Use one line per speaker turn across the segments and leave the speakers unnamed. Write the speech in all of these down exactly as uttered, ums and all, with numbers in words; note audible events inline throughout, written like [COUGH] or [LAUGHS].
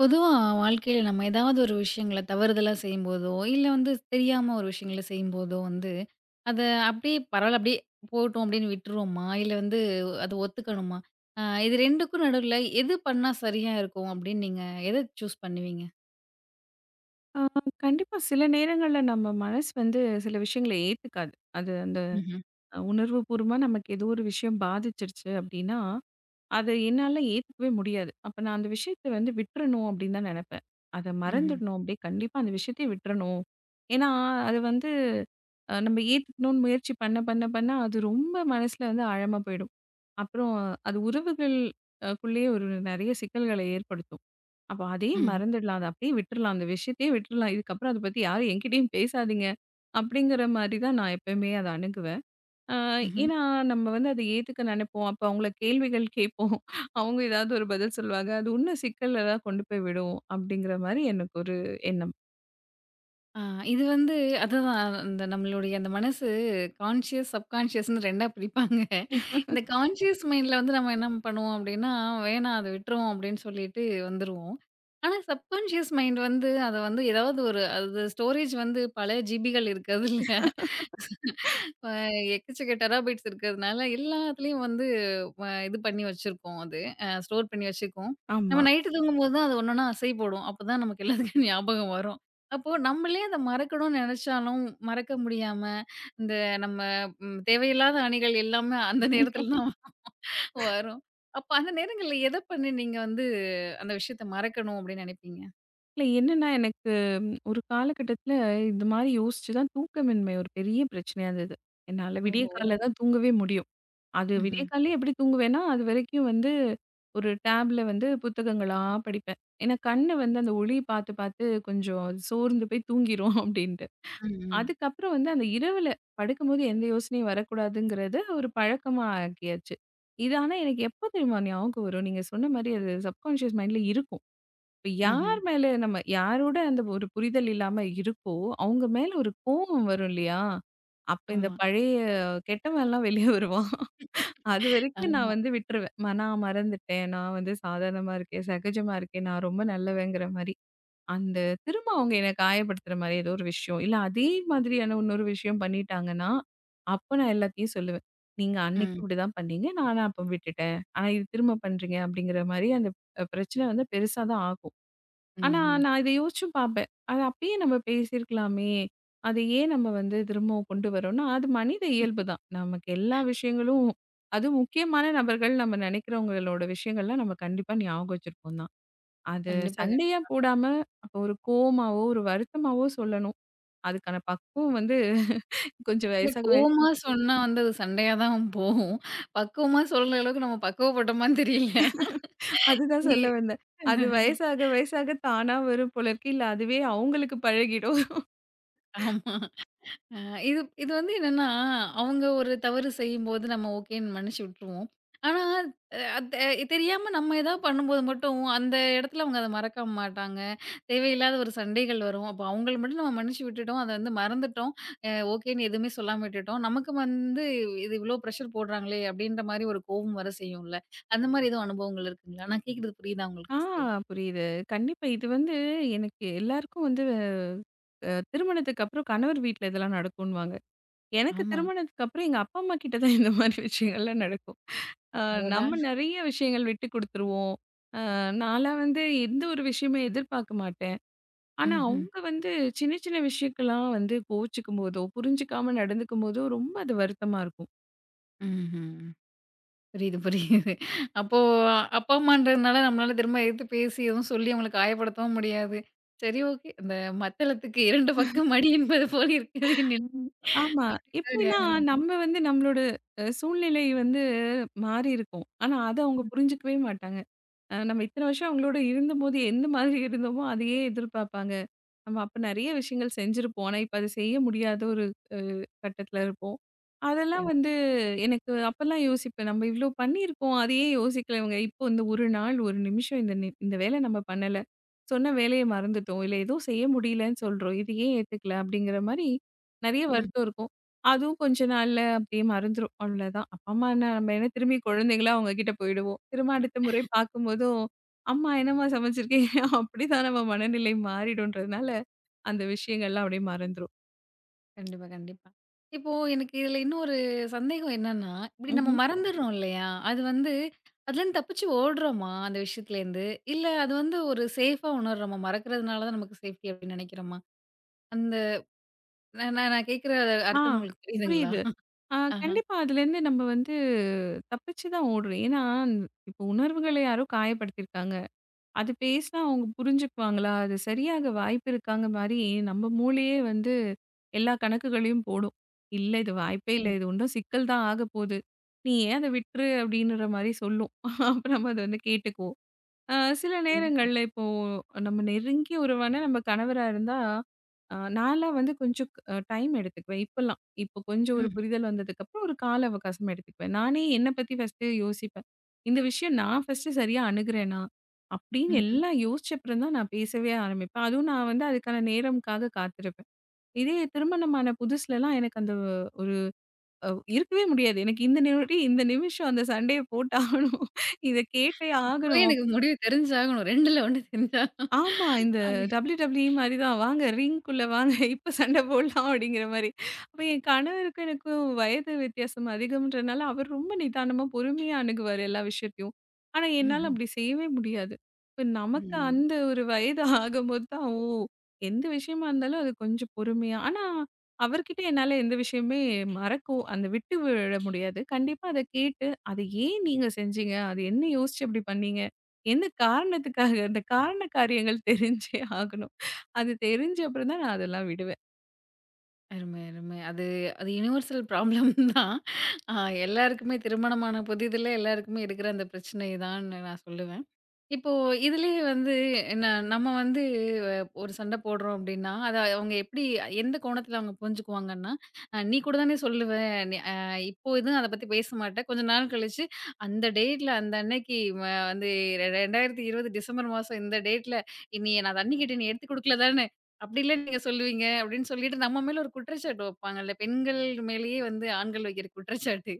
பொதுவா வாழ்க்கையில நம்ம ஏதாவது ஒரு விஷயங்கள தவறுதலா செய்யும்போதோ, இல்ல வந்து தெரியாம ஒரு விஷயங்கள செய்யும்போதோ வந்து, அத அப்படியே பரவால்ல அப்படியே போட்டும் அப்படின்னு விட்டுருவோமா? இல்ல வந்து அத ஒத்துக்கணுமா? அ இது 2க்கும் நடுவுல எது பண்ணா சரியா இருக்கும் அப்படின்னு நீங்க எத சூஸ் பண்ணுவீங்க?
ஆ, கண்டிப்பா சில நேரங்கள்ல நம்ம மனசு வந்து சில விஷயங்கள ஏத்துக்காது. அது அந்த
ம்ஹ்ம்.
உணர்வுபூர்வமா நமக்கு ஏதோ ஒரு விஷயம் பாதிச்சிருச்சு அப்படின்னா, அத என்னால ஏத்துக்கவே முடியாது. அப்ப நான் அந்த விஷயத்த வந்து விட்டுறணும் அப்படின்னு தான் நெனைப்பேன். அத
ம்ஹ்ம்.
மறந்துடணும், அப்படியே கண்டிப்பா அந்த விஷயத்த விட்டுறணும். ஏன்னா, அது வந்து அ நம்ம ஏத்துக்கணும்னு முயற்சி பண்ண பண்ண பண்ண அது ரொம்ப மனசுல வந்து ஆழமா போயிடும். அப்புறம் அது உறவுகள் அ க்குள்ளேயே ஒரு நெறைய சிக்கல்களை ஏற்படுத்தும். அப்ப அதே
ம்.
மறந்துடலாம். அத அப்படியே விட்டுறலாம். அந்த விஷயத்தையே விட்டுறலாம். இதுக்கப்புறம் அத பத்தி யாரும் என்கிட்டயும் பேசாதீங்க. அப்படிங்கிற மாரி தான் நான் எப்பவுமே அத அணுகுவேன். அ
ம்ஹ்ம்.
ஏன்னா நம்ம வந்து அத ஏத்துக்க நெனைப்போம். அப்ப அவங்கள கேள்விகள் கேட்போம். அவங்க ஏதாவது ஒரு பதில் சொல்லுவாங்க. அது இன்னும் சிக்கல்ல தான் கொண்டு போய் விடும். அப்படிங்கிற மாரி எனக்கு ஒரு எண்ணம்.
ஆ, இது வந்து அதுதான் அந்த நம்மளுடைய அந்த மனசு கான்ஷியஸ் சப்கான்ஷியஸ்னு ரெண்டா பிரிப்பாங்க. இந்த கான்ஷியஸ் மைண்ட்ல வந்து நம்ம என்ன பண்ணுவோம் அப்படின்னா, வேணாம் அத விட்டுருவோம் அப்படின்னு சொல்லிட்டு வந்துருவோம். ஆனா சப்கான்ஷியஸ் மைண்ட் வந்து அத வந்து ஏதாவது ஒரு அது ஸ்டோரேஜ் வந்து பல ஜிபிகள் இருக்கு அதுல. அ எக்கச்சக்க டெராபைட்ஸ் இருக்கிறதுனால, எல்லாத்துலயும் வந்து வ இது பண்ணி வச்சிருக்கோம் அது. அ ஸ்டோர் பண்ணி வச்சுக்குவோம். நம்ம
ஆமா.
நைட்டு தூங்கும்போது தான் அது ஒன்னொன்னா அசை போடும். அப்பதான் நமக்கு எல்லாத்துக்கும் [LAUGHS] ஞாபகம் வரும். அப்போ நம்மளே அத மறக்கணும்னு நெனச்சாலும், மறக்க முடியாம, இந்த நம்ம ம் தேவையில்லாத அணிகள் எல்லாமே அந்த நேரத்துல தான் [LAUGHS] வரும். அப்ப அந்த நேரங்கள்ல எத பண்ணி நீங்க வந்து அந்த விஷயத்த மறக்கணும் அப்படின்னு நெனைப்பீங்க?
இல்ல என்னன்னா எனக்கு ம், ஒரு காலகட்டத்தில இந்த மாரி யோசிச்சு தான் தூக்கமின்மை ஒரு பெரிய பிரச்சனையா இருந்தது. என்னால விடிய
ஓஹோ!
காலைல தான் தூங்கவே முடியும். அது விடிய
ம்ஹ்ம்.
காலையில எப்படி தூங்குவேன்னா, அது வரைக்கும் வந்து ஒரு டேப்ல வந்து புத்தகங்களா படிப்பேன். ஏன்னா கண்ணு வந்து அந்த ஒளி பார்த்து, பார்த்து கொஞ்சம் சோர்ந்து போய் தூங்கிரும் அப்படின்ட்டு.
ம், ம்.
அதுக்கப்புறம் வந்து அந்த இரவுல படுக்கும்போது எந்த யோசனையும் வரக்கூடாதுங்கிறத ஒரு பழக்கமா ஆக்கியாச்சு. இது ஆனா எனக்கு எப்ப தெரியுமா ஞாபகம் வரும்? நீங்க சொன்ன மாரி அது சப்கான்ஷியஸ் மைண்ட்ல இருக்கும். இப்ப
ம்ஹ்ம்.
யார் மேல நம்ம யாரோட அந்த ஒரு புரிதல் இல்லாம இருக்கோ, அவங்க மேல ஒரு கோவம் வரும் இல்லையா? அப்ப இந்த
ஆமா.
பழைய கெட்டவன்லாம் வெளிய வருவான். அதுவரைக்கும் நான்
ஆமா.
வந்து விட்டுருவேன். ம நான் மறந்துட்டேன். நான் வந்து சாதாரணமா இருக்கேன், சகஜமா இருக்கேன். நான் ரொம்ப நல்லவங்கிற மாரி. அந்த திரும்ப அவங்க என்ன காயப்படுத்துற மாரி ஏதோ ஒரு விஷயம், இல்ல அதே மாதிரியான இன்னொரு விஷயம் பண்ணிட்டாங்கன்னா, அப்ப நான் எல்லாத்தையும் சொல்லுவேன். "நீங்க அன்னைக்கும்
ம்.
இப்படிதான் பண்ணீங்க. நானா அப்ப விட்டுட்டேன். ஆனா இது திரும்ப பண்றீங்க." அப்படிங்கிற மாரி அந்த அ பிரச்சனை வந்து பெருசா தான் ஆகும். ஆனா,
ம்ஹ்ம்.
நான் இத யோசிச்சும் பார்ப்பேன். அது அப்பயே நம்ம பேசியிருக்கலாமே! அது ஏன் நம்ம வந்து திரும்பவும் கொண்டு வரோம்னா, அது மனித இயல்பு தான். நமக்கு எல்லா விஷயங்களும் அதுவும் முக்கியமான நபர்கள் நம்ம நினைக்கிறவங்களோட விஷயங்கள்லாம் நம்ம கண்டிப்பா ஞாபகம் வச்சிருப்போம் தான். அது
கண்டிப்பா.
சண்டையா போடாம, அப்ப ஒரு கோவமாவோ, ஒரு வருத்தமாவோ சொல்லணும். அதுக்கான பக்குவம் வந்து கொஞ்சம்
இல்ல
வயசாக வயசாக
கோவமா சொன்னா வந்து அது சண்டையா தான் போகும். பக்குவமா சொல்ற அளவுக்கு நம்ம பக்குவப்பட்டோமான்னு தெரியல.
அதுதான் சொல்ல
இ-
வந்தேன். அது வயசாக வயசாக தானா வரும் போல இருக்கு. இல்ல அதுவே அவங்களுக்கு பழகிடும்.
ஆமா. அ இது இது வந்து என்னன்னா, அவங்க ஒரு தவறு செய்யும்போது நம்ம ஓகேன்னு மன்னிச்சு விட்டுருவோம். ஆனா, அ அது அஹ் தெரியாம நம்ம ஏதாவது பண்ணும்போது மட்டும் அந்த இடத்துல அவங்க அத மறக்க மாட்டாங்க. தேவையில்லாத ஒரு சண்டைகள் வரும். அப்போ அவங்கள மட்டும் நம்ம மன்னிச்சு விட்டுட்டோம். அத வந்து மறந்துட்டோம். அ ஓகேன்னு எதுவுமே சொல்லாம விட்டுட்டோம். நமக்கு வந்து இது இவ்ளோ ப்ரெஷர் போடுறாங்களே! அப்படின்ற மாரி ஒரு கோவம் வர செய்யும்ல. அந்த மாரி எதுவும் அனுபவங்கள் இருக்குங்களா? நான் கேட்கிறது புரியுதா உங்களுக்கு
ஆ,
ஃபர்ஸ்ட்டு?
புரியுது. கண்டிப்பா இது வந்து எனக்கு எல்லாருக்கும் வந்து அ திருமணத்துக்கு அப்புறம் கணவர் வீட்ல இதெல்லாம் நடக்குன்னுவாங்க. எனக்கு
ஆமா.
திருமணத்துக்கு அப்புறம் எங்க அப்பா, அம்மா கிட்ட தான் [LAUGHS] இந்த மாதிரி விஷயங்கள்லாம் நடக்கும். அ
அடடா!
நம்ம நெறைய விஷயங்கள் விட்டு குடுத்துருவோம். அ நான்லாம் வந்து எந்த ஒரு விஷயமே எதிர்பார்க்க மாட்டேன். ஆனா,
ம்ஹ்ம்.
அவங்க வந்து சின்ன சின்ன விஷயக்கெல்லாம் வந்து கோவிச்சுக்கும்போதோ, புரிஞ்சுக்காம நடந்துக்கும்போதோ, ரொம்ப அது வருத்தமா இருக்கும்.
ம்ஹ்ம். புரியுது, புரியுது. அப்போ அப்பா, அம்மான்றதுனால நம்மளால திரும்ப எதிர்த்து பேசி எதுவும் சொல்லி அவங்கள காயப்படுத்தவும் முடியாது. சரி ஓகே. அந்த மத்தளத்துக்கு ரெண்டு பக்கம் அடி என்பது போல இருக்கிறது என் நிலைமை.
ஆமா.
சரி,
எப்படின்னா,
ஆயிரும்.
நம்ம வந்து நம்மளோட அ சூழ்நிலை வந்து மாறியிருக்கும். ஆனா, அத அவங்க புரிஞ்சுக்கவே மாட்டாங்க. அ நம்ம இத்தன வருஷம் அவங்களோட இருந்தபோது எந்த மாதிரி இருந்தோமோ, அதையே எதிர்பார்ப்பாங்க. நம்ம அப்ப நெறைய விஷயங்கள் செஞ்சிருப்போம். ஆனா, இப்ப அது செய்ய முடியாத ஒரு அ கட்டத்துல இருப்போம். அதெல்லாம் வந்து எனக்கு அப்பலாம் யோசிப்பேன். நம்ம இவ்ளோ பண்ணியிருக்கோம். அது ஏன் யோசிக்கல இவங்க? இப்போ இந்த ஒரு நாள், ஒரு நிமிஷம் இந்த நி இந்த வேலை நம்ம பண்ணல. சொன்ன வேலைய மறந்துட்டோம். இல்ல ஏதோ செய்ய முடியலன்னு சொல்றோம். இது ஏன் ஏத்துக்கல? அப்படிங்கிற மாரி நெறைய
ம்.
வருத்தம் இருக்கும். அதுவும் கொஞ்ச நாள்ல அப்படியே மறந்துரும். அவ்வளோதான். அப்பா, அம்மா என்ன நம்ம என்ன திரும்பி குழந்தைங்களா அவங்க கிட்ட போயிடுவோம். திரும்ப அடுத்த முறை பார்க்கும்போதும், "அம்மா என்னம்மா சமைச்சிருக்கீங்க?" [LAUGHS] அப்படிதான் நம்ம மனநிலை மாறிடும்ன்றதுனால அந்த விஷயங்கள்லாம் அப்படியே மறந்துரும்.
கண்டிப்பா, கண்டிப்பா. இப்போ எனக்கு இதுல இன்னொரு சந்தேகம் என்னன்னா, இப்படி நம்ம
ம்ஹ்ம்.
மறந்துடுறோம் இல்லையா? அது வந்து அதுலேருந்து தப்பிச்சு ஓடுறோமா அந்த விஷயத்துலேருந்து? இல்ல அது வந்து ஒரு சேஃபா உணர்றோமா? மறக்கிறதுனால தான் நமக்கு சேஃப்டி அப்படின்னு நினைக்கிறோமா? அந்த நான் நான் கேட்கிற
ஆ,
அர்த்தம் உங்களுக்கு புரியுதுங்களா?
புரியுது. ஆ,
ஆஹா.
கண்டிப்பா அதுலேருந்து நம்ம வந்து தப்பிச்சு தான் ஓடுறோம். ஏன்னா, இப்போ உணர்வுகள யாரோ காயப்படுத்தியிருக்காங்க. அது பேசினா அவங்க புரிஞ்சுக்குவாங்களா? அது சரியாக வாய்ப்பு இருக்காங்க மாரி நம்ம மூளையே வந்து எல்லா கணக்குகளையும் போடும். இல்ல இது வாய்ப்பே இல்ல.
நிச்சயமா.
இது இன்னும் சிக்கல் தான் ஆகப்போது. நீ ஏன் அத விட்டுரு அப்படின்ற மாரி சொல்லும். அப்புறம் நம்ம அத வந்து கேட்டுக்குவோம். அ சில
கண்டிப்பா.
நேரங்கள்ல இப்போ நம்ம நெருங்கிய உறவான நம்ம கணவரா இருந்தா, அ நான்லாம் வந்து கொஞ்சம் அ டைம் எடுத்துக்குவேன். இப்பலாம். இப்போ கொஞ்சம் ஒரு
ம்.
புரிதல் வந்ததுக்கப்புறம் ஒரு கால அவகாசம் எடுத்துக்குவேன். நானே என்ன பத்தி ஃபர்ஸ்ட்டு யோசிப்பேன். இந்த விஷயம் நான் ஃபர்ஸ்ட்டு சரியா அணுகுறேனா? அப்படின்னு
ம்ஹ்ம்.
எல்லாம் யோசிச்ச அப்புறம் தான் நான் பேசவே ஆரம்பிப்பேன். அதுவும் நான் வந்து அதுக்கான நேரம்க்காக காத்திருப்பேன். இதே திருமணமான புதுசுலலாம் எனக்கு அந்த ஒரு அ இருக்கவே முடியாது. எனக்கு இந்த நொடி, இந்த நிமிஷம் அந்த சண்டைய போட்டாகணும். இத கேட்டே
இப்பவே
ஆகணும்.
எனக்கு முடிவு தெரிஞ்சாகணும். 2ல ஒண்ணு தெரிஞ்சா
ஆமா. இந்த
அப்டி
டபிள்யூ டபிள்யூ ஈ மாரி தான். "வாங்க, ரிங்குக்குள்ள வாங்க. [LAUGHS] இப்ப சண்ட போடலாம்." அப்படிங்கிற மாரி. அப்ப என் கணவருக்கும் எனக்கும் வயது வித்தியாசம் அதிகம்ன்றனால, அவர் ரொம்ப நிதானமா, பொறுமையா அணுகுவாரு எல்லா விஷயத்தையும். ஆனா, என்னால
ம்ஹ்ம்.
அப்படி செய்யவே முடியாது. இப்ப நமக்கு
ம்.
அந்த ஒரு வயது ஆகும்போது தான், ஓ! எந்த விஷயமா இருந்தாலும் அது கொஞ்சம் பொறுமையா ஆனா, அவர்கிட்ட என்னால எந்த விஷயமே மறக்கவோ அந்த விட்டு விட முடியாது. கண்டிப்பா அத கேட்டு, "அத ஏன் நீங்க செஞ்சீங்க? அது என்ன யோசிச்சு அப்படி பண்ணீங்க?" எந்த காரணத்துக்காக? அந்த காரண காரியங்கள் தெரிஞ்சே ஆகணும். அது தெரிஞ்ச அப்புறம் தான் நான் அதெல்லாம் விடுவேன்.
அருமை, அருமை. அது அது யுனிவர்சல் ப்ராப்ளம் [LAUGHS] தான். அ எல்லாருக்குமே திருமணமான புதிதில எல்லாருக்குமே இருக்கிற அந்த பிரச்சனை தான்னு நான் சொல்லுவேன். இப்போ இதுலயே வந்து என்ன நம்ம வந்து அ ஒரு சண்டை போடுறோம் அப்டின்னா, அத அவங்க எப்படி எந்த கோணத்துல அவங்க புரிஞ்சுக்குவாங்கன்னா, அ "நீ கூட தானே சொல்லுவ. நீ அ இப்போ எதுவும் அத பத்தி பேச மாட்ட. கொஞ்ச நாள் கழிச்சு அந்த டேட்ல அந்த அன்னைக்கு ம வந்து இரண்டாயிரத்து இருபது டிசம்பர் மாசம் இந்த டேட்ல நீ நான் தண்ணி கேட்டேன் நீ எடுத்து குடுக்கல தானே? அப்படிலாம் நீங்க சொல்லுவீங்க" அப்படின்னு சொல்லிட்டு நம்ம மேல ஒரு குற்றச்சாட்டு வைப்பாங்கல்ல. பெண்கள் மேலேயே வந்து ஆண்கள் வைக்கிற குற்றச்சாட்டு.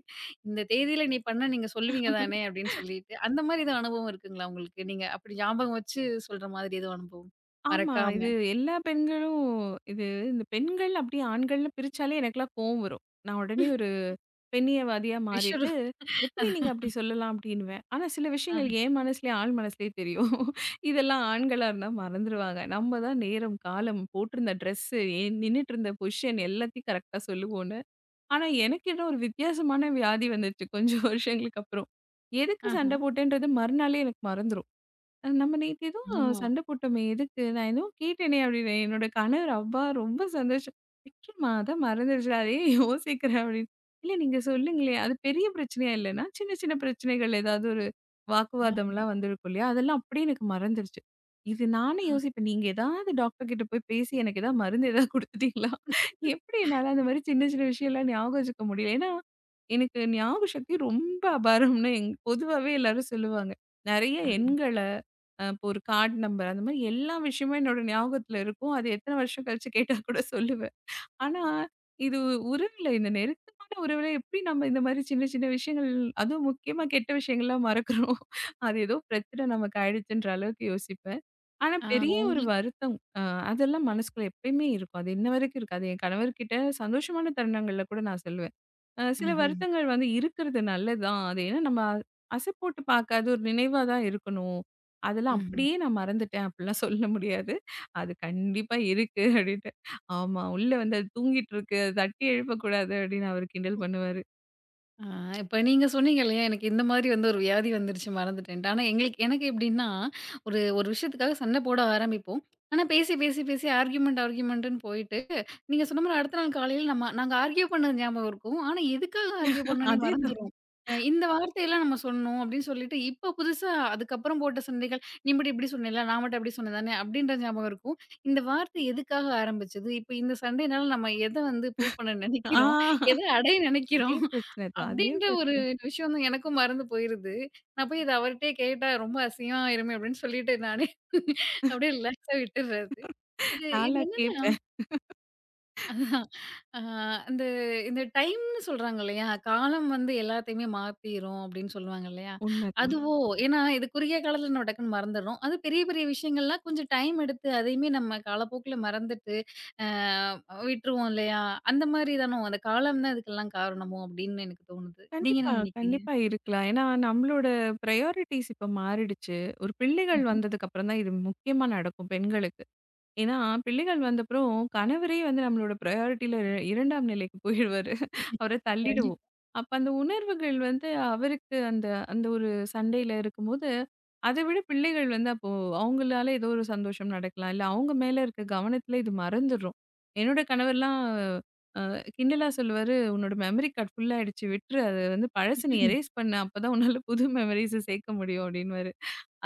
இந்த தேதியில நீ பண்ணா நீங்க சொல்லுவீங்க தானே அப்படின்னு சொல்லிட்டு, அந்த மாரி எதுவும் அனுபவம் இருக்குங்களா உங்களுக்கு? நீங்க அப்படி ஞாபகம் வச்சு சொல்ற மாதிரி எதுவும் அனுபவம்?
ஆமா.
மறக்காம
இது எல்லா பெண்களும் இது இந்த பெண்கள் அப்படியே ஆண்கள்னு பிரிச்சாலே எனக்கெல்லாம் கோவம் வரும். நான் உடனே ஒரு பெண்ணியவாதியா
விஷரு
மாறிட்டு, "எப்படி நீங்க அப்படி சொல்லலாம்?" அப்படின்னுவேன். ஆனா சில
ஆஹ,
விஷயங்கள் என் மனசுலயே ஆள் மனசுலயே தெரியும். இதெல்லாம் ஆண்களா இருந்தா மறந்துருவாங்க. நம்ம தான் நேரம், காலம், போட்டிருந்த ட்ரெஸ்ஸு, ஏன் நின்னுட்டு இருந்த பொசிஷன் எல்லாத்தையும் கரெக்ட்டா சொல்லுவோம். ஆனா, எனக்கு ஏதோ ஒரு வித்தியாசமான வியாதி வந்துச்சு. கொஞ்சம் வருஷங்களுக்கு அப்புறம். எதுக்கு
ஆஹ.
சண்டை போட்டேன்றது மறுநாளே எனக்கு மறந்துரும். அ நம்ம நேத்து ஏதோ
ஆமா.
சண்டை போட்டோமே! எதுக்கு? நான் ஏதோ கேட்டேனே! அப்டின்னேன். என்னோட கணவர் அவ்வா ரொம்ப சந்தோஷம். "நிச்சயமா அதான் மறந்துருச்சு. அதையே யோசிக்கிறேன்" அப்டின்னு. "இல்ல நீங்க சொல்லுங்களேன். அது பெரிய பிரச்சனையா இல்லன்னா, சின்ன சின்ன பிரச்சனைகள் ஏதாவது ஒரு
அ,
வாக்குவாதம்லாம் வந்திருக்கும் இல்லையா? அதெல்லாம் அப்டியே எனக்கு மறந்துருச்சு." இது நானே
அ,
யோசிப்பேன். நீங்க ஏதாவது டாக்டர் கிட்ட போய் பேசி எனக்கு ஏதாவது மருந்து ஏதாவது குடுத்துட்டீங்களா? எப்டி என்னால அந்த மாரி சின்ன சின்ன விஷயம்லாம் ஞாபகம் வச்சுக்க முடியல. ஏன்னா, எனக்கு ஞாபக சக்தி ரொம்ப அபாரம்னு எங் பொதுவாவே எல்லாரும் சொல்லுவாங்க. நெறைய
அ,
எண்கள அ இப்போ ஒரு கார்ட் நம்பர் அந்த மாரி எல்லா விஷயமும் என்னோட ஞாபகத்துல இருக்கும். அது எத்தன வருஷம் கழிச்சு கேட்டா கூட சொல்லுவேன். ஆனா, இது உறவில இந்த நெருக்கமான உறவில எப்படி நம்ம இந்த மாரி சின்ன சின்ன விஷயங்கள் அதுவும் முக்கியமா கெட்ட விஷயங்கள்லாம் மறக்குறோம். [LAUGHS] அது ஏதோ பிரச்சனை நமக்கு ஆயிடுச்சுன்ற அளவுக்கு யோசிப்பேன். ஆனா,
ஆ
பெரிய ஒரு
உங்களுக்கு
வருத்தம் அ அதெல்லாம் மனசுக்குள்ள எப்பயுமே இருக்கும். அது இன்ன வரைக்கும் இருக்கு. அது என் கணவர்கிட்ட சந்தோஷமான தருணங்கள்ல கூட நான் சொல்லுவேன். அ சில
ம்ஹ்ம்,
வருத்தங்கள் வந்து இருக்கிறது நல்லதுதான். அது ஏன்னா நம்ம அசை போட்டு பார்க்க அது ஒரு நினைவா தான் இருக்கணும். அதெல்லாம்
ம்ஹ்ம்.
அப்படியே நான் மறந்துட்டேன் அப்படிலாம் சொல்ல முடியாது. அது கண்டிப்பா இருக்கு அப்படின்ட்டு. ஆமா உள்ள வந்து அது தூங்கிட்டு இருக்கு. அது தட்டி எழுப்பக்கூடாது அப்படின்னு அவரு கிண்டல் பண்ணுவாரு.
ஆ, இப்ப நீங்க சொன்னீங்க இல்லையா, எனக்கு இந்த மாதிரி வந்து ஒரு வியாதி வந்துருச்சு மறந்துட்டேன்ட்டு. ஆனா எங்களுக்கு எனக்கு எப்படின்னா, ஒரு ஒரு விஷயத்துக்காக சண்டை போட ஆரம்பிப்போம். ஆனா பேசி, பேசி, பேசி ஆர்கியூமெண்ட் ஆர்கியூமெண்ட்டுன்னு போயிட்டு, நீங்க சொன்ன மாரி அடுத்த நாள் காலையில நம்ம நாங்க ஆர்கியூ பண்ணது ஞாபகம் இருக்கும். ஆனா எதுக்காக ஆர்கியூ பண்ணோன்னே
அதேதான்.
மறந்துரும். அ இந்த வார்த்தையெல்லாம் நம்ம சொன்னோம் அப்படின்னு சொல்லிட்டு, இப்ப புதுசா அதுக்கப்புறம் போட்ட சண்டைகள், "நீ மட்டும் இப்படி சொன்னேல்ல, நான் மட்டும் அப்படி சொன்னேன் தானே" அப்படின்ற ஞாபகம் இருக்கும். இந்த வார்த்தை எதுக்காக ஆரம்பிச்சது? இப்ப இந்த சண்டையினால நம்ம எத வந்து ப்ரூவ் பண்ண
ஆ,
நினைக்கிறோம்? எத அடைய
அதே
நினைக்கிறோம்?
பிரச்சனை தான். அதே
அப்படின்ற ஒரு
பிரச்சனை.
விஷயம் தான் எனக்கும் மறந்து போயிருது. நான் போய் இத அவர்ட்டயே கேட்டா ரொம்ப அசிங்கமா ஆயிருமே அப்படின்னு சொல்லிட்டு நானே அப்படியே ரிலாக்ஸா விட்டுர்றது. இது இது
நான்லாம்
என்னன்னா,
கேட்பேன்.
அ அந்த இந்த டைம்ன்னு சொல்றாங்க இல்லையா? காலம் வந்து எல்லாத்தையுமே மாத்திரும் அப்படின்னு சொல்லுவாங்க இல்லையா?
உண்மைதான்.
அதுவோ ஏன்னா இது குறுகிய காலத்துல நம்ம டக்குன்னு மறந்துடுறோம். அது பெரிய பெரிய விஷயங்கள்லாம் கொஞ்சம் டைம் எடுத்து அதையுமே நம்ம காலப்போக்குல மறந்துட்டு அ விட்டுருவோம் இல்லையா? அந்த மாரி தானோ? அந்த காலம் தான் இதுக்கெல்லாம் காரணமோ அப்படின்னு எனக்கு தோணுது. நீங்க
கண்டிப்பா,
என்ன நினைக்கிறீங்க?
கண்டிப்பா இருக்கலாம். ஏன்னா நம்மளோட பிரையாரிட்டீஸ் இப்ப மாறிடுச்சு. ஒரு பிள்ளைகள் வந்ததுக்கு அப்புறம் தான் இது முக்கியமா நடக்கும் பெண்களுக்கு. ஏன்னா, பிள்ளைகள் வந்தப்புறம் கணவரே வந்து நம்மளோட ப்ரையாரிட்டில இரண்டாம் நிலைக்கு போயிடுவாரு. [LAUGHS]
ம்.
அவர தள்ளிடுவோம்.
கண்டிப்பா.
அப்ப அந்த உணர்வுகள் வந்து அவருக்கு அந்த அந்த ஒரு சண்டையில இருக்கும்போது, அத விட பிள்ளைகள் வந்து அப்போ அவங்களால ஏதோ ஒரு சந்தோஷம் நடக்கலாம். இல்ல அவங்க மேல இருக்க கவனத்துல இது மறந்துரும். என்னோட கணவர்லாம் அ கிண்டலா சொல்லுவாரு, "உன்னோட மெமரி கார்ட் ஃபுல் ஆயிடுச்சு விட்ரு. அத வந்து பழச நீ எரேஸ் பண்ணு. அப்பதான் உன்னால புது மெமரீஸ சேர்க்க முடியும்" அப்படின்னுவாரு.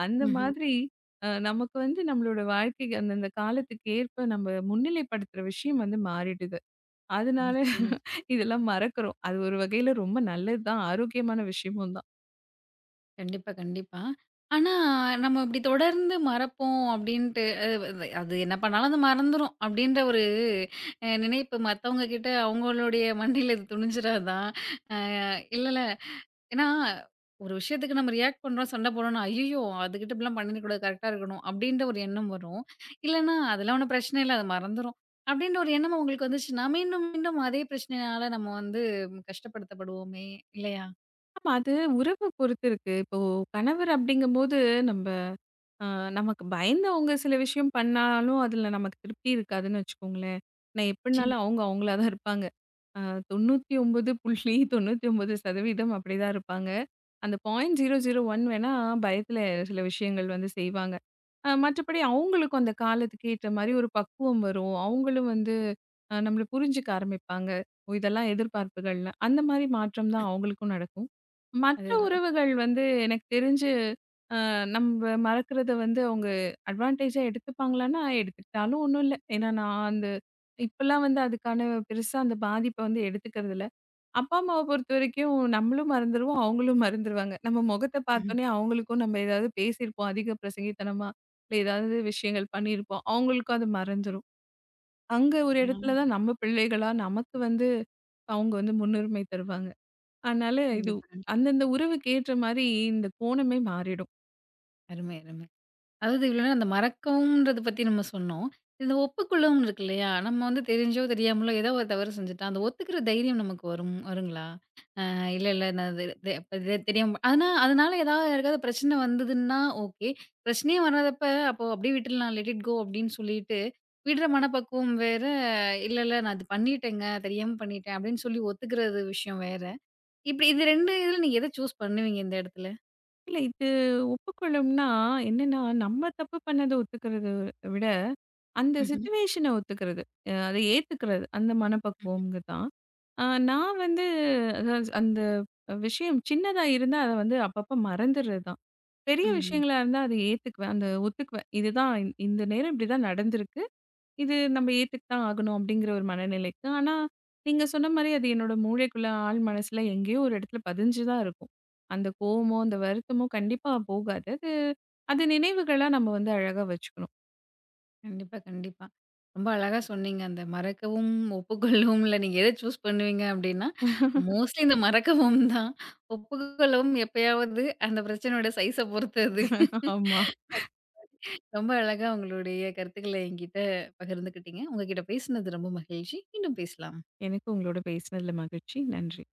அந்த
ம்ஹ்ம்.
மாதிரி அ நமக்கு வந்து நம்மளோட வாழ்க்கைக்கு அந்தந்த காலத்துக்கு ஏற்ப நம்ம முன்னிலைப்படுத்துற விஷயம் வந்து மாறிடுது. அதனால
நிச்சயமா.
இதெல்லாம் மறக்கிறோம். அது ஒரு வகையில ரொம்ப நல்லது தான். ஆரோக்கியமான விஷயமும் தான்.
கண்டிப்பா, கண்டிப்பா. ஆனா, நம்ம இப்டி தொடர்ந்து மறப்போம் அப்டின்ட்டு அ வ அது என்ன பண்ணாலும் அது மறந்துரும் அப்டின்ற ஒரு அ நினைப்பு மத்தவங்க கிட்ட அவங்களுடைய மண்டையில இது துணிஞ்சிராதா? இல்லல்ல. ஏன்னா, ஒரு விஷயத்துக்கு நம்ம ரியாக்ட் பண்றோம், சண்டை போடுறோம்னா, "ஐய்யய்யோ! அதுகிட்ட இப்படிலாம் பண்ணிடக்கூடாது. கரெக்ட்டா இருக்கணும்." அப்டின்ற ஒரு எண்ணம் வரும். இல்லன்னா, "அதெல்லாம் ஒண்ணும் பிரச்சனை இல்ல. அது மறந்துரும்." அப்டின்ற ஒரு எண்ணம் உங்களுக்கு வந்துச்சுன்னா, மீண்டும், மீண்டும் அதே பிரச்சனையினால நம்ம வந்து கஷ்டப்படுத்தப்படுவோமே! இல்லையா?
ஆமா அது உறவு பொறுத்து இருக்கு. இப்போ கணவர் அப்படிங்கும்போது நம்ம ஆ, நமக்கு பயந்தவங்க சில விஷயம் பண்ணாலும், அதுல நமக்கு திருப்தி இருக்காதுன்னு வச்சுக்கோங்களேன். நான் எப்படினாலும்
நிச்சயமா.
அவங்க அவங்களா தான் இருப்பாங்க. அ தொண்ணூற்றி ஒன்பது புள்ளி தொண்ணூற்றி ஒன்பது சதவீதம் அப்படிதான் இருப்பாங்க. அந்த பூஜ்ஜியம் புள்ளி பூஜ்ஜியம் பூஜ்ஜியம் ஒன்று வேணா பயத்துல சில விஷயங்கள் வந்து செய்வாங்க. அ மற்றபடி அவங்களுக்கும் அந்த காலத்துக்கு ஏற்ற மாரி ஒரு பக்குவம் வரும். அவங்களும் வந்து அ நம்மள புரிஞ்சுக்க ஆரம்பிப்பாங்க. ஓ! இதெல்லாம் எதிர்பார்ப்புகள்னு. அந்த மாரி மாற்றம் தான் அவங்களுக்கும் நடக்கும். மற்ற
அதுதான்.
உறவுகள் வந்து எனக்கு தெரிஞ்சு நம்ப மறக்கிறத வந்து அவங்க அட்வான்டேஜா எடுத்துப்பாங்களான்னா, எடுத்துக்கிட்டாலும் ஒண்ணும் இல்ல. ஏன்னா நான் அந்த இப்பலாம் வந்து அதுக்கான பெருசா அந்த பாதிப்ப வந்து எடுத்துக்கிறதில்ல. அப்பா, அம்மாவ பொறுத்தவரைக்கும் நம்மளும் மறந்துருவோம், அவங்களும் மறந்துருவாங்க. நம்ம முகத்த
ஆ
பார்த்தோனே அவங்களுக்கும் நம்ம ஏதாவது பேசியிருப்போம் அதிக பிரசங்கித்தனமா, இல்ல ஏதாவது விஷயங்கள் பண்ணியிருப்போம். அவங்களுக்கும் அது மறந்துரும். அங்க ஒரு இடத்துல தான் நம்ம பிள்ளைகளா நமக்கு வந்து அவங்க வந்து முன்னுரிமை தருவாங்க. அதனால இது
கண்டிப்பா, கண்டிப்பா.
அந்தந்த உறவுக்கு ஏற்ற மாரி இந்த கோணமே மாறிடும்.
அருமை, அருமை. அதாவது இவ்ளோ நேரம் அந்த மறக்கவும்ன்றத பத்தி நம்ம சொன்னோம். இந்த ஒப்புக்கொள்ளவும் இருக்கு இல்லையா? நம்ம வந்து தெரிஞ்சோ, தெரியாமலோ ஏதோ ஒரு தவறு செஞ்சுட்டா, அந்த ஒத்துக்கிற தைரியம் நமக்கு வரும் வருங்களா? அ இல்ல, இல்ல நான் இது இது அப்ப இது தெரியாம ஆனா அதனால ஏதாவது யாருக்காவது பிரச்சனை வந்ததுன்னா ஓகே. பிரச்சனையே வராதப்ப, அப்போ அப்படியே விட்டுடலாம் லெட் இட் கோ அப்படின்னு சொல்லிட்டு, விடுற மனப்பக்குவம் வேற, இல்ல, இல்ல நான் அது பண்ணிட்டேங்க, தெரியாம பண்ணிட்டேன் அப்படின்னு சொல்லி ஒத்துக்கிறது விஷயம் வேற. இப்படி இது ரெண்டு இதுல நீங்க எத சூஸ் பண்ணுவீங்க இந்த இடத்துல?
இல்ல இது ஒப்புக்கொள்ளும்னா, என்னன்னா நம்ம தப்பு பண்ணத ஒத்துக்கிறத விட, அந்த
ம்ஹ்ம்.
சிச்சுவேஷன ஒத்துக்கிறது. அ அத ஏத்துக்கிறது. அந்த மனப்பக்குவம்ங்க தான். அ நான் வந்து அதாவது அந்த விஷயம் சின்னதா இருந்தா, அத வந்து அப்பப்ப மறந்துர்றது தான். பெரிய
ம்ஹ்ம்.
விஷயங்களா இருந்தா, அத ஏத்துக்குவேன். அந்த ஒத்துக்குவேன். இதுதான் இந்த இந்த நேரம் இப்படிதான் நடந்திருக்கு. இது நம்ம ஏத்துக்கித்தான் ஆகணும் அப்படிங்கிற ஒரு மனநிலைக்கு. ஆனா, நீங்க சொன்ன மாரி அது என்னோட மூளைக்குள்ள ஆழ் மனசுல எங்கேயோ ஒரு இடத்துல பதிஞ்சு தான் இருக்கும். அந்த கோவமோ, அந்த வருத்தமோ கண்டிப்பா போகாது. அது அது நினைவுகளா நம்ம வந்து அழகா வச்சுக்கணும்.
கண்டிப்பா, கண்டிப்பா. ரொம்ப அழகா சொன்னீங்க. அந்த மறக்கவும், ஒப்புக்கொள்ளவும்ல நீங்க எத சூஸ் பண்ணுவீங்க அப்டின்னா, மோஸ்ட்லி இந்த மறக்கவும் தான். ஒப்புக்கொள்ளவும் எப்பயாவது அந்த பிரச்சனையோட சைஸ பொறுத்து அது.
ஆமா.
ரொம்ப அழகா உங்களுடைய கருத்துக்கள என்கிட்ட பகிர்ந்துக்கிட்டீங்க. உங்க கிட்ட பேசினது ரொம்ப மகிழ்ச்சி. மீண்டும் பேசலாம்.
எனக்கு உங்களோட பேசினதுல மகிழ்ச்சி. நன்றி.